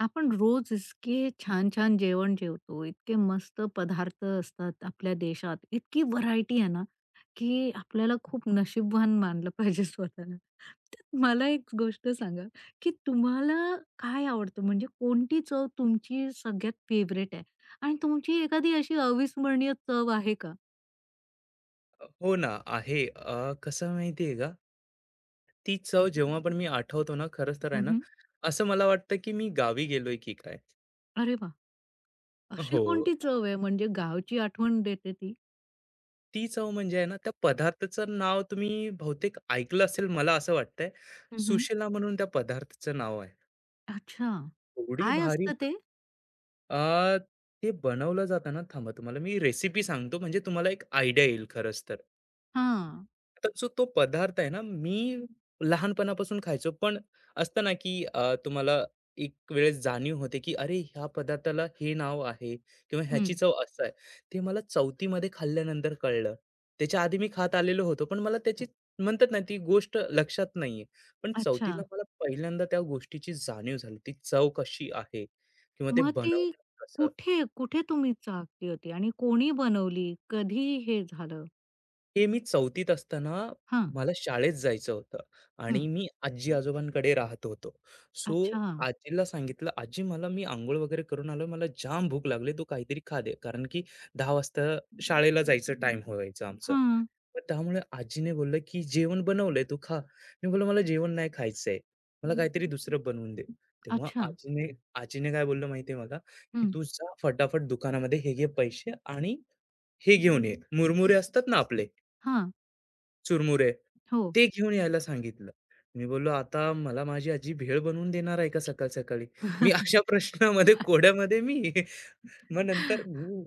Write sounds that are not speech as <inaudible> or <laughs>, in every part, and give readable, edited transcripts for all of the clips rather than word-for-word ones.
आपण रोज इतके छान-छान जेवण जेवतो, इतके मस्त पदार्थ असतात आपल्या देशात, इतकी व्हरायटी आहे ना, की आपल्याला खूप नशीबवान मानलं पाहिजे स्वतःला. तर मला एक गोष्ट सांगा, की तुम्हाला काय आवडतं? म्हणजे कोणती चव तुमची सगळ्यात फेव्हरेट आहे? आणि तुमची एखादी अशी अविस्मरणीय चव आहे का? हो ना, आहे. कसं आहे माहिती आहे का? ती चव जेव्हा पण मी आठवतो ना, खरंच तर आहे ना, हं. असं मला वाटतं की मी गावी गेलोय की काय? अरे वाह! अशी हो. कोणती चव आहे म्हणजे गावची आठवण देते ती? ती चव म्हणजे आहे ना, त्या पदार्थाचं नाव तुम्ही बहुतेक ऐकलं असेल, मला असं वाटतंय. हं. सुशिला म्हणून त्या पदार्थाचं नाव आहे. अच्छा. थोडी काय भारी. असतं ते? अ, ते बनवलं जातं ना थांबा तुम्हाला मी रेसिपी सांगतो म्हणजे तुम्हाला एक आयडिया येईल खरंच तर. हां. तर जो तो पदार्थ आहे ना, मी लहानपणापासून खायचो. पण असतं ना, की तुम्हाला एक वेळेस जाणीव होते, की "अरे, ह्या पदार्थाला हे नाव आहे किंवा ह्याची हं. चव असं आहे." ते मला चौथीमध्ये खाल्ल्यानंतर कळलं. त्याच्या आधी मी खात आलेलो होतो, पण मला त्याची म्हणतात ना, ती गोष्ट लक्षात नाही. पण अच्छा. चौथीला मला पहिल्यांदा त्या गोष्टीची जाणीव झाली. ती चव कशी आहे किंवा ते मग ती बनवतात कसं? कुठे, कुठे तुम्ही चाखली होती आणि कोणी बनवली? कधी हे झालं? हे मी चौथीत असताना हां. मला शाळेत जायचं होतं हं. आणि मी आजी-आजोबांकडे राहत होतो. सो अच्छा. आजीला सांगितलं, "आजी मला मी अंघोळ वगैरे करून आलोय. मला जाम भूक लागली. तू काहीतरी खा दे." कारण की 10:00 वाजता शाळेला जायचं टाईम व्हायचं आमचं. हां. मग त्यामुळे आजीने बोललं, की "जेवण बनवलंय, तू खा." मी बोललो, "मला जेवण नाही खायचंय. मला काहीतरी दुसरं बनवून दे." तेव्हा अच्छा. आजीने आजीने काय बोललं माहिती मला, की हं. "तू जा फटाफट दुकानामध्ये हे घे पैसे आणि हे घेऊन ये." मुरमुरे असतात ना आपले, हां. चुरमुरे, हो. ते घेऊन यायला सांगितलं. मी बोललो, "आता मला माझी आजी भेळ बनवून देणार आहे का सकाळ-सकाळी?" मी अशा <laughs> प्रश्नामध्ये कोड्यामध्ये मी <laughs> मग नंतर मी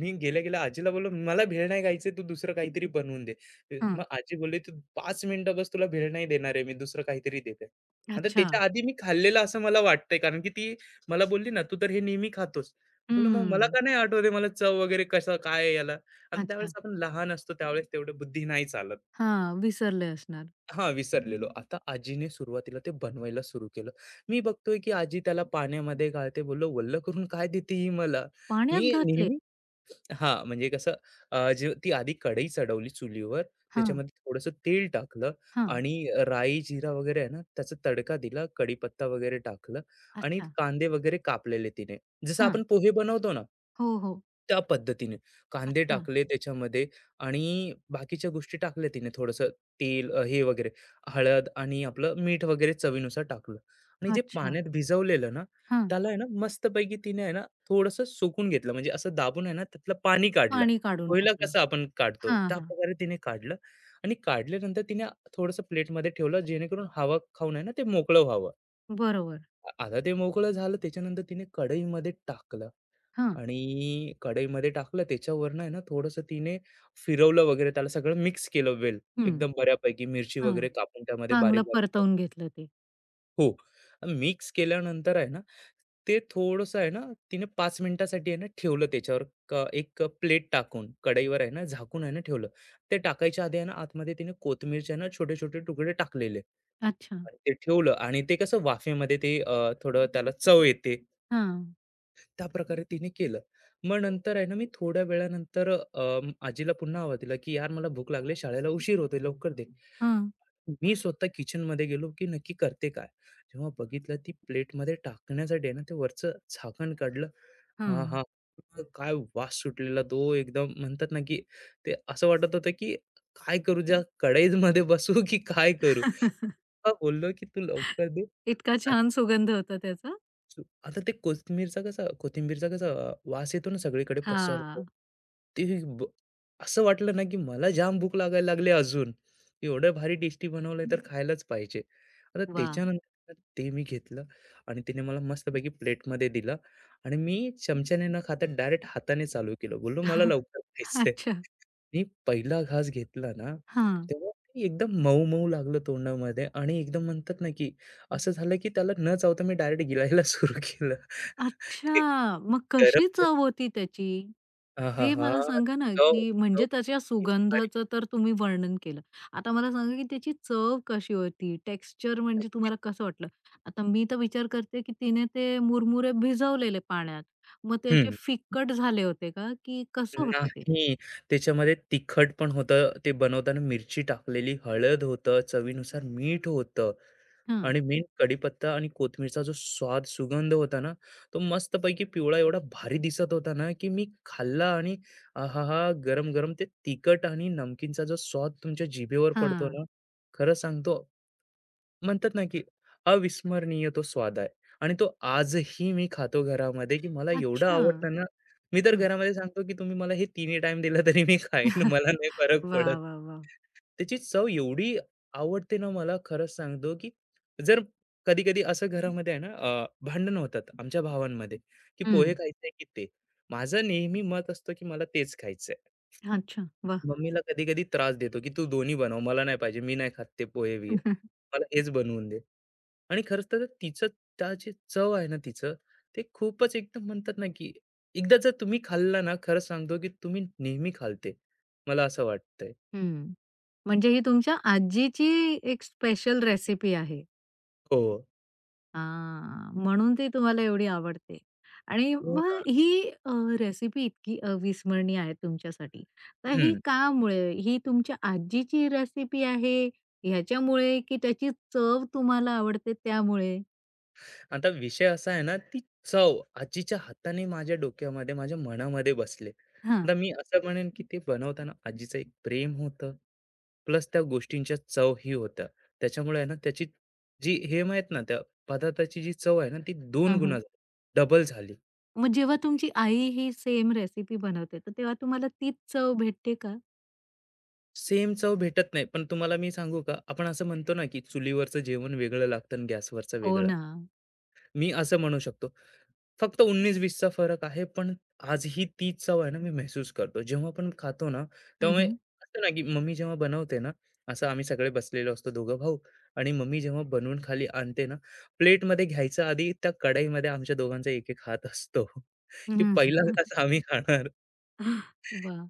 मी गेल्या-गेल्या आजीला बोललो, "मला भेळ नाही खायचं, तू दुसरं काहीतरी बनवून दे." हं. मग आजी बोलली, "तू 5 मिनिटं बस, तुला भेळ नाही देणार आहे मी, दुसरं काहीतरी देते." आता अच्छा. त्याच्या आधी मी खाल्लेलं असं मला वाटतंय, कारण की ती मला बोलली ना, "तू तर हे नेहमी खातोस." बोललो, "मग हं. मला का नाही आठवत मला चव वगैरे कसं काय आहे याला?" आणि त्यावेळेस अच्छा. आपण लहान असतो, त्यावेळेस तेवढं बुद्धी नाही चालत. हां, विसरले असणार. हां, विसरलेलो. आता आजीने सुरुवातीला ते बनवायला सुरू केलं. मी बघतोय की आजी त्याला पाण्यामध्ये घालते. बोललो, "वल्लं करून काय देते ही मला?" मी पाण्यात घातले? नेहमी हां, म्हणजे कसं, जे ती आधी कढई चढवली चुलीवर, हां, त्याच्यामध्ये थोडंसं तेल टाकलं हां. आणि राई, जिरा वगैरे आहे ना, त्याचा तडका दिला, कढीपत्ता वगैरे टाकलं आणि अच्छा. कांदे वगैरे कापलेले तिने. जसं हां. आपण पोहे बनवतो ना हो, हो. त्या पद्धतीने. कांदे अच्छा. टाकले त्याच्यामध्ये आणि बाकीच्या गोष्टी टाकल्या तिने थोडंसं तेल हे वगैरे, हळद आणि आपलं मीठ वगैरे चवीनुसार टाकलं आणि जे अच्छा. पाण्यात भिजवलेलं ना, हां. त्याला आहे ना मस्तपैकी तिने आहे ना थोड़स सुकून घेतलं, म्हणजे असं दाबून आहे ना त्यातलं पाणी काढलं. पाणी काढून पोहेला टाकलं. कसं आपण काढतो हां, त्या हां. प्रकारे तिने काढलं आणि काढल्यानंतर तिने थोडंसं प्लेटमध्ये ठेवलं जेणेकरून हवा खाऊन आहे ना ते मोकळं व्हावं. बरोबर. आता ते मोकळं झालं त्याच्यानंतर तिने कढईमध्ये टाकलं हां. आणि कढईमध्ये टाकलं त्याच्यावरनं आहे ना थोडंसं तिने फिरवलं वगैरे त्याला सगळं मिक्स केलं वेल, हं. एकदम बऱ्यापैकी मिरची हां. वगैरे कापून त्यामध्ये चांगलं बारीक-बारीक. परतवून घेतलं ते. हो. मिक्स केल्यानंतर आहे ना, ते थोडंसं आहे ना, तिने 5 मिनिटासाठी आहे ना, ठेवलं त्याच्यावर, एक प्लेट टाकून, कढईवर आहे ना, झाकून आहे ना, ठेवलं. ते टाकायच्या आधी आहे ना, आतमध्ये तिने कोथिंबीरचे आहे ना, छोटे-छोटे तुकडे टाकलेले अच्छा. आणि ते ठेवलं आणि ते कसं वाफेमध्ये ते थोडं त्याला चव येते, हां. त्याप्रकारे तिने केलं. मग नंतर आहे ना, मी थोड्या वेळानंतर आजीला पुन्हा आवाज दिला, की "यार, मला भूक लागली, शाळेला उशीर होतोय, लवकर दे." हं. मी स्वतः किचनमध्ये गेलो, की नक्की करते काय? जेव्हा बघितलं ती प्लेटमध्ये टाकण्यासाठी आहे ना, ते वरचं झाकण काढलं. हां. आहा! काय वास सुटलेला तो एकदम म्हणतात ना, की ते असं वाटत होतं, की काय करू? ज्या कढईमध्ये बसू की काय करू? <laughs> का बोललो, की "तू लवकर दे." इतका छान सुगंध होता त्याचा? सो आता ते कोथिंबीरचा कसा वास येतो ना सगळीकडे पसरतो. हां. ते ब असं वाटलं ना, की मला जाम भूक लागायला लागली अजून. एवढं भारी टेस्टी बनवलंय तर खायलाच पाहिजे. आता वाह! त्याच्यानंतर ते मी घेतलं आणि तिने मला मस्तपैकी प्लेटमध्ये दिलं आणि मी चमच्याने न खाता डायरेक्ट हाताने चालू केलं. बोललो, "मला <laughs> लवकर खायचंय." अच्छा. मी पहिला घास घेतला ना, हां. तेव्हा ते एकदम मऊ-मऊ लागलं तोंडामध्ये आणि एकदम म्हणतात ना, की असं झालं, की त्याला न चावता मी डायरेक्ट गिळायला सुरू केलं. <laughs> ते अच्छा. मग कशी गरम चव होती त्याची? ते आहाहा! मला सांगा ना, चव की चव म्हणजे त्याच्या इतकी भारी. सुगंधाचं तर तुम्ही वर्णन केलं. आता मला सांगा, की त्याची चव कशी होती? टेक्स्चर म्हणजे तुम्हाला कसं वाटलं? आता मी तर विचार करते, की तिने ते मुरमुरे भिजवलेले पाण्यात. मग ते असे हं. फिक्कट झाले होते का? की कसं होतं ते? नाही. त्याच्यामध्ये तिखट पण होतं. ते बनवताना मिरची टाकलेली, हळद होतं, चवीनुसार मीठ होतं हं. आणि मेन कढीपत्ता आणि कोथिंबीरचा जो स्वाद, सुगंध होता ना, तो मस्तपैकी पिवळा एवढा भारी दिसत होता ना, की मी खाल्ला आणि आहाहा! गरम-गरम ते तिखट आणि नमकीनचा जो स्वाद तुमच्या जिभेवर पडतो हां. ना, खरं सांगतो म्हणतात ना की अविस्मरणीय तो स्वाद आहे आणि तो आजही मी खातो घरामध्ये, की मला एवढं हो अच्छा. आवडतं ना. मी तर हं. घरामध्ये सांगतो की तुम्ही मला हे तिन्ही टाइम दिला तरी मी खाईन, मला नाही फरक वाह, पडत. वाह, वाह! त्याची चव एवढी आवडते ना मला, खरंच सांगतो की जर कधी कधी असं घरामध्ये आहे ना भांडण होतात आमच्या भावांमध्ये की हं. पोहे खायचे की ते, माझं नेहमी मत असतं की मला तेच खायचंय. अच्छा. वाह! मम्मीला कधी कधी त्रास देतो की तू दोन्ही बनव, मला नाही पाहिजे, मी नाही खात ते पोहे बिये, हं. मला हेच बनवून दे. आणि खरंच तर तिचं, त्याची चव आहे ना तिचं, ते खूपच एकदम म्हणतात ना, की एकदा जर तुम्ही खाल्ला ना, खरं सांगतो, की तुम्ही नेहमी खालते ते. मला असं वाटतंय. <laughs> म्हणजे ही तुमच्या आजीची एक स्पेशल रेसिपी आहे. हो. हां. म्हणून ती तुम्हाला एवढी आवडते. आणि हो मग ना. ही रेसिपी इतकी अविस्मरणीय आहे तुमच्यासाठी. तर ही हं. कामुळे? ही तुमच्या आजीची रेसिपी आहे ह्याच्यामुळे, की त्याची चव तुम्हाला आवडते त्यामुळे? आता विषय असा आहे ना, ती चव आजीच्या हाताने माझ्या डोक्यामध्ये, माझ्या मनामध्ये बसले. आता हां. मी असं म्हणेन, की ते बनवताना आजीचं एक प्रेम होतं, प्लस त्या गोष्टींच्या चवही होत्या. त्याच्यामुळे आहे ना, त्याची, जी हे माहीत ना, त्या पदार्थाची जी चव आहे ना, ती 2 हां, गुणा हां. डबल झाली. मग जेव्हा तुमची आई ही सेम रेसिपी बनवते, तर तेव्हा तुम्हाला तीच चव भेटते का? सेम चव भेटत नाही. पण तुम्हाला मी सांगू का, आपण असं म्हणतो ना, की चुलीवरचं जेवण वेगळं लागतं आणि गॅसवरचं हो वेगळं. ना. मी असं म्हणू शकतो. फक्त 19-20 फरक आहे, पण आजही तीच चव आहे ना, मी महसूस करतो. जेव्हा पण खातो ना, तेव्हा मी हं. असतं ना, की मम्मी जेव्हा बनवते ना, असं आम्ही सगळे बसलेलो असतो दोघं भाऊ आणि मम्मी जेव्हा बनवून खाली आणते ना, प्लेटमध्ये घ्यायच्या आधी त्या कढईमध्ये आमच्या दोघांचा एक-एक हात असतो, <laughs> की पहिला घास आम्ही खाणार. वाह!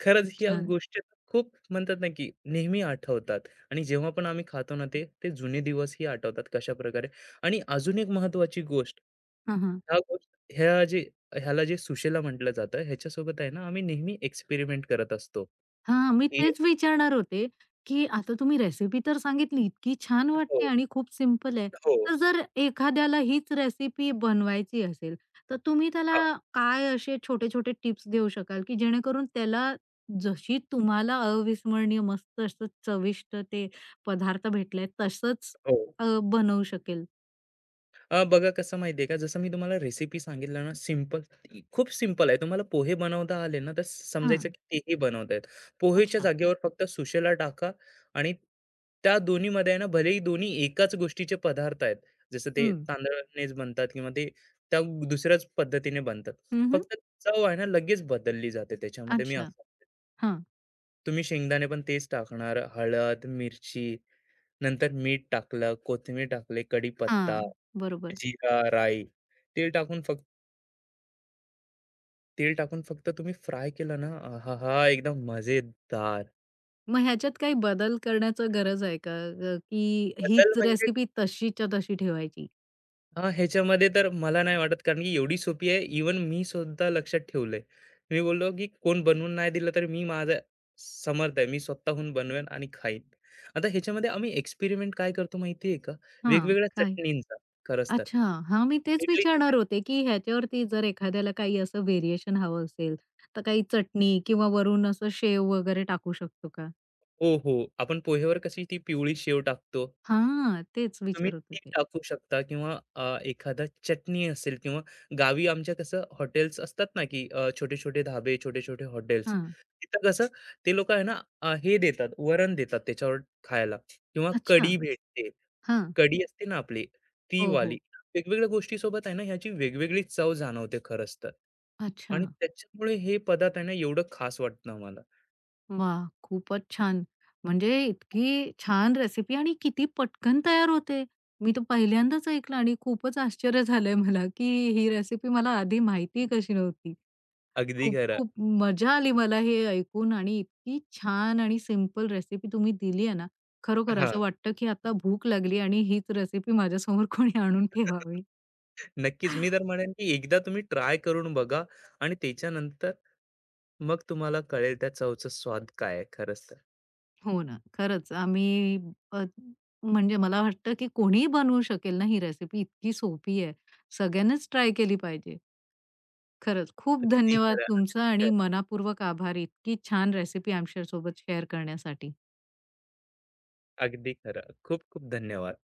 खरंच ह्या छान. गोष्टी खूप म्हणतात ना, की नेहमी आठवतात आणि जेव्हा पण आम्ही खातो ना ते, ते जुने दिवसही आठवतात कशाप्रकारे. आणि अजून एक महत्त्वाची गोष्ट, हां, हां. ह्या गोष्ट ह्या जे ह्याला जे सुशेला म्हटलं जातं, ह्याच्यासोबत आहे ना आम्ही नेहमी एक्सपेरिमेंट करत असतो, हां, मी की तेच विचारणार होते, की आता तुम्ही रेसिपी तर सांगितली, इतकी छान वाटते हो, आणि खूप सिंपल आहे. हो, तर जर एखाद्याला हीच रेसिपी बनवायची असेल, तर तुम्ही त्याला हां, काय असे छोटे-छोटे टिप्स देऊ शकाल, की जेणेकरून त्याला जशी तुम्हाला अविस्मरणीय मस्त असं चविष्ट ते पदार्थ भेटले तसंच हो. अ, बनवू शकेल? बघा कसं माहिती आहे का, जसं मी तुम्हाला रेसिपी सांगितलं ना, सिंपल ती खूप सिंपल आहे. तुम्हाला पोहे बनवता आले ना, तर समजायचं हां. की तेही बनवतायत. पोहेच्या अच्छा. जागेवर फक्त सुशेला टाका आणि त्या दोन्हीमध्ये आहे ना, भलेही दोन्ही एकाच गोष्टीचे पदार्थ आहेत. जसं ते हं. तांदळानेच बनतात किंवा ते त्या दुसऱ्याच पद्धतीने बनतात. हं, फक्त चव आहे ना, लगेच बदलली जाते त्याच्यामध्ये. मी अच्छा. असं, हां. तुम्ही शेंगदाणे पण तेच टाकणार, हळद, मिरची, नंतर मीठ टाकलं, कोथिंबीर टाकली, कढीपत्ता, हां. बरोबर. जीरा, राई. तेल टाकून फक्त तेल टाकून फक्त तुम्ही फ्राय केलं ना, आहाहा! एकदम मजेदार. मग ह्याच्यात काही बदल करण्याचं गरज आहे का? की बदल हीच म्हणजे, रेसिपी तशीच्या तशी ठेवायची? हां, ह्याच्यामध्ये तर मला नाही वाटत कारण की एवढी सोपी आहे. इवन मी सुद्धा लक्षात ठेवलंय. मी बोललो, की कोण बनवून नाही दिलं तर मी माझा समर्थ आहे. मी स्वतःहून बनवेन आणि खाईन. आता ह्याच्यामध्ये आम्ही एक्सपेरिमेंट काय करतो माहिती का? हां, वेगवेगळ्या काय? चटणींचा खरंच तर. अच्छा. हां, मी तेच इडलीच्या विचारणार चटणी. होते, की ह्याच्यावरती जर एखाद्याला काही असं व्हेरिएशन हवं असेल, तर काही चटणी किंवा वरून असं शेव वगैरे टाकू शकतो का? हो, हो. आपण पोह्यावर कशी ती पिवळी शेव टाकतो. हां, तेच. तुम्ही विचारत ते होते. टाकू शकता किंवा एखादा चटणी असेल किंवा गावी आमच्या कसं हॉटेल्स असतात ना, की छोटे-छोटे धाबे, छोटे-छोटे हॉटेल्स. हां. तिथं कसं ते लोकं आहे ना हे देतात, वरण देतात त्याच्यावर खायला किंवा अच्छा. कढी भेटते. हां. कढी असते ना आपली, ती हो, वाली. हो. वेगवेगळ्या गोष्टीसोबत आहे ना ह्याची वेगवेगळी चव जाणवते खरंच तर. अच्छा. आणि त्याच्यामुळे हे पदार्थ आहे ना एवढं खास वाटतं मला. वा, खूपच छान. म्हणजे इतकी छान रेसिपी आणि किती पटकन तयार होते. मी तर पहिल्यांदाच ऐकलं आणि खूपच आश्चर्य झालंय मला, की ही रेसिपी मला आधी माहिती कशी नव्हती. अगदी खरं. खूप-खूप मजा आली मला हे ऐकून आणि इतकी छान आणि सिंपल रेसिपी तुम्ही दिली आहे ना, खरोखर हां, असं वाटतं, की आता भूक लागली आणि हीच रेसिपी माझ्यासमोर कोणी आणून ठेवावी. नक्कीच. मी तर म्हणेन, की एकदा तुम्ही ट्राय करून बघा आणि त्याच्यानंतर मग तुम्हाला कळेल त्या चवचा स्वाद काय आहे खरंच तर. हो ना. अ, म्हणजे मला वाटतं, की कोणीही बनवू शकेल ना ही रेसिपी इतकी सोपी आहे. सगळ्यांनीच ट्राय केली पाहिजे. खरंच खूप अगदी धन्यवाद खरं, तुमचा अगदी आणि खरं, मनापूर्वक आभार. इतकी छान रेसिपी आमच्यासोबत शेअर करण्यासाठी. अगदी खरं. खूप खूप धन्यवाद.